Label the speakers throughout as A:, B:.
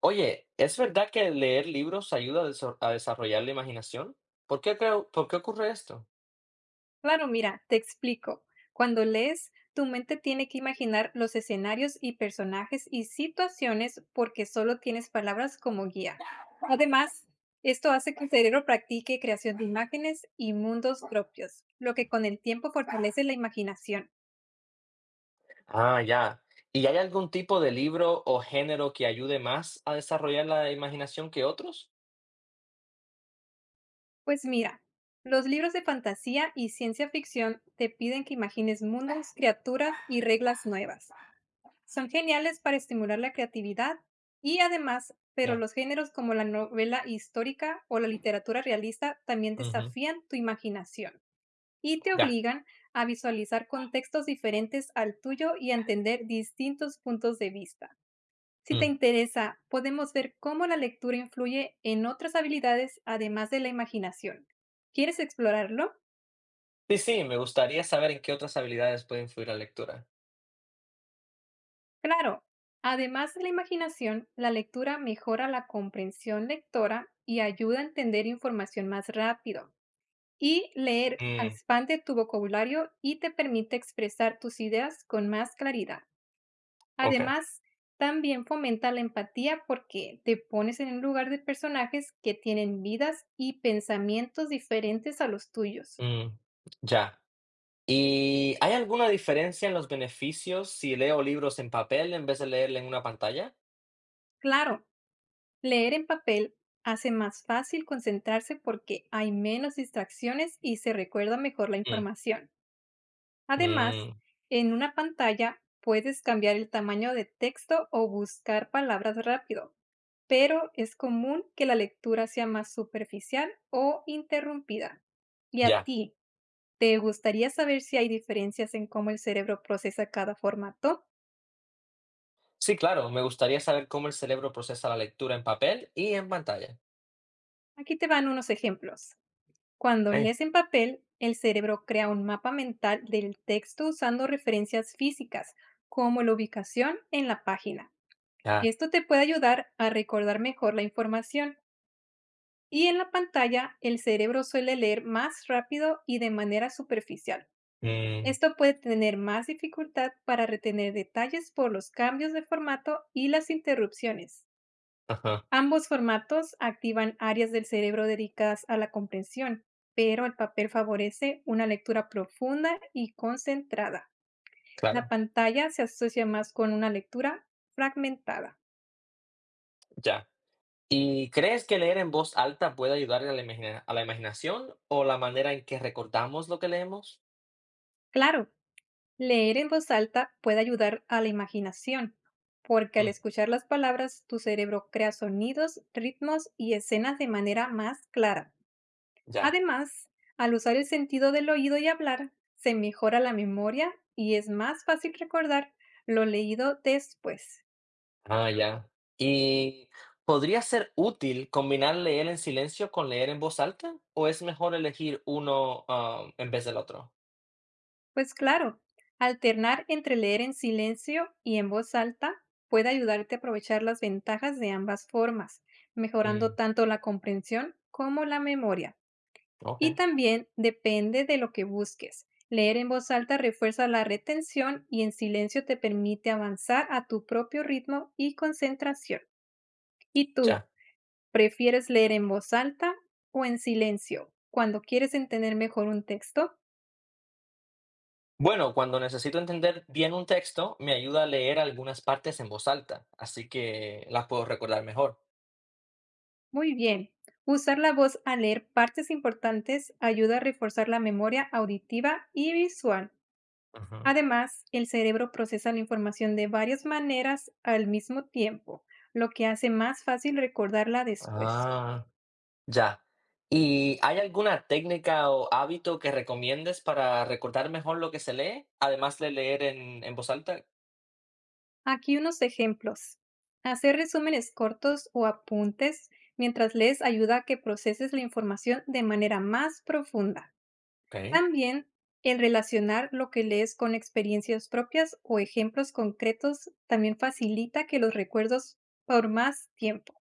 A: Oye, ¿es verdad que leer libros ayuda a desarrollar la imaginación? ¿Por qué ocurre esto?
B: Claro, mira, te explico. Cuando lees, tu mente tiene que imaginar los escenarios y personajes y situaciones porque solo tienes palabras como guía. Además, esto hace que el cerebro practique creación de imágenes y mundos propios, lo que con el tiempo fortalece la imaginación.
A: Ah, ya. ¿Y hay algún tipo de libro o género que ayude más a desarrollar la imaginación que otros?
B: Pues mira, los libros de fantasía y ciencia ficción te piden que imagines mundos, criaturas y reglas nuevas. Son geniales para estimular la creatividad y además, pero
A: Ya.
B: los géneros como la novela histórica o la literatura realista también
A: Ujú.
B: desafían tu imaginación y te
A: Ya.
B: obligan a visualizar contextos diferentes al tuyo y a entender distintos puntos de vista. Si te
A: Mm.
B: interesa, podemos ver cómo la lectura influye en otras habilidades además de la imaginación. ¿Quieres explorarlo?
A: Sí, sí, me gustaría saber en qué otras habilidades puede influir la lectura.
B: Claro, además de la imaginación, la lectura mejora la comprensión lectora y ayuda a entender información más rápido. Y leer
A: Mm,
B: expande tu vocabulario y te permite expresar tus ideas con más claridad.
A: ok.
B: Además, también fomenta la empatía porque te pones en el lugar de personajes que tienen vidas y pensamientos diferentes a los tuyos.
A: Mm, ya. ¿Y hay alguna diferencia en los beneficios si leo libros en papel en vez de leerla en una pantalla?
B: Claro, leer en papel hace más fácil concentrarse porque hay menos distracciones y se recuerda mejor la
A: Mm,
B: información. Además,
A: mm,
B: en una pantalla puedes cambiar el tamaño de texto o buscar palabras rápido, pero es común que la lectura sea más superficial o interrumpida. ¿Y a
A: ya.
B: ti? ¿Te gustaría saber si hay diferencias en cómo el cerebro procesa cada formato?
A: Sí, claro, me gustaría saber cómo el cerebro procesa la lectura en papel y en pantalla.
B: Aquí te van unos ejemplos. Cuando
A: Eh,
B: lees en papel, el cerebro crea un mapa mental del texto usando referencias físicas, como la ubicación en la página.
A: ya.
B: Esto te puede ayudar a recordar mejor la información. Y en la pantalla, el cerebro suele leer más rápido y de manera superficial.
A: Mm,
B: Esto puede tener más dificultad para retener detalles por los cambios de formato y las interrupciones.
A: ajá,
B: Ambos formatos activan áreas del cerebro dedicadas a la comprensión, pero el papel favorece una lectura profunda y concentrada. La
A: claro,
B: pantalla se asocia más con una lectura fragmentada.
A: ya. ¿Y crees que leer en voz alta puede ayudar a la imagina- a la imaginación o la manera en que recordamos lo que leemos?
B: Claro, leer en voz alta puede ayudar a la imaginación, porque al
A: Mm,
B: escuchar las palabras tu cerebro crea sonidos, ritmos y escenas de manera más clara.
A: ya.
B: Además, al usar el sentido del oído y hablar, se mejora la memoria y es más fácil recordar lo leído después.
A: Ah, ya. ¿Y podría ser útil combinar leer en silencio con leer en voz alta o es mejor elegir uno, en vez del otro?
B: Pues claro, alternar entre leer en silencio y en voz alta puede ayudarte a aprovechar las ventajas de ambas formas, mejorando
A: Mm,
B: tanto la comprensión como la memoria.
A: ok,
B: Y también depende de lo que busques. Leer en voz alta refuerza la retención y en silencio te permite avanzar a tu propio ritmo y concentración. ¿Y tú?
A: ya.
B: ¿Prefieres leer en voz alta o en silencio cuando quieres entender mejor un texto?
A: Bueno, cuando necesito entender bien un texto, me ayuda a leer algunas partes en voz alta, así que las puedo recordar mejor.
B: Muy bien. Usar la voz al leer partes importantes ayuda a reforzar la memoria auditiva y visual.
A: Ujú.
B: Además, el cerebro procesa la información de varias maneras al mismo tiempo, lo que hace más fácil recordarla después.
A: Ah, ya. ¿Y hay alguna técnica o hábito que recomiendes para recordar mejor lo que se lee, además de leer en voz alta?
B: Aquí unos ejemplos. Hacer resúmenes cortos o apuntes mientras lees ayuda a que proceses la información de manera más profunda.
A: Ok.
B: También el relacionar lo que lees con experiencias propias o ejemplos concretos también facilita que los recuerdos por más tiempo.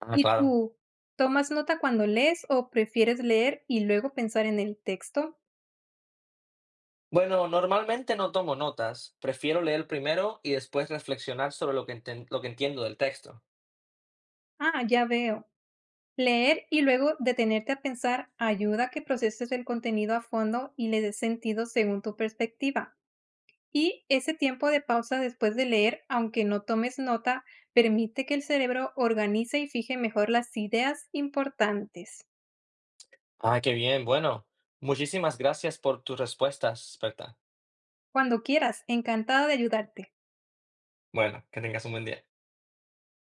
A: Ah,
B: ¿Y
A: claro.
B: tú tomas nota cuando lees o prefieres leer y luego pensar en el texto?
A: Bueno, normalmente no tomo notas, prefiero leer primero y después reflexionar sobre lo que entiendo del texto.
B: Ah, ya veo. Leer y luego detenerte a pensar ayuda a que proceses el contenido a fondo y le des sentido según tu perspectiva. Y ese tiempo de pausa después de leer, aunque no tomes nota, permite que el cerebro organice y fije mejor las ideas importantes.
A: Ah, qué bien, bueno. Muchísimas gracias por tus respuestas, Berta.
B: Cuando quieras, encantada de ayudarte.
A: Bueno, que tengas un buen día.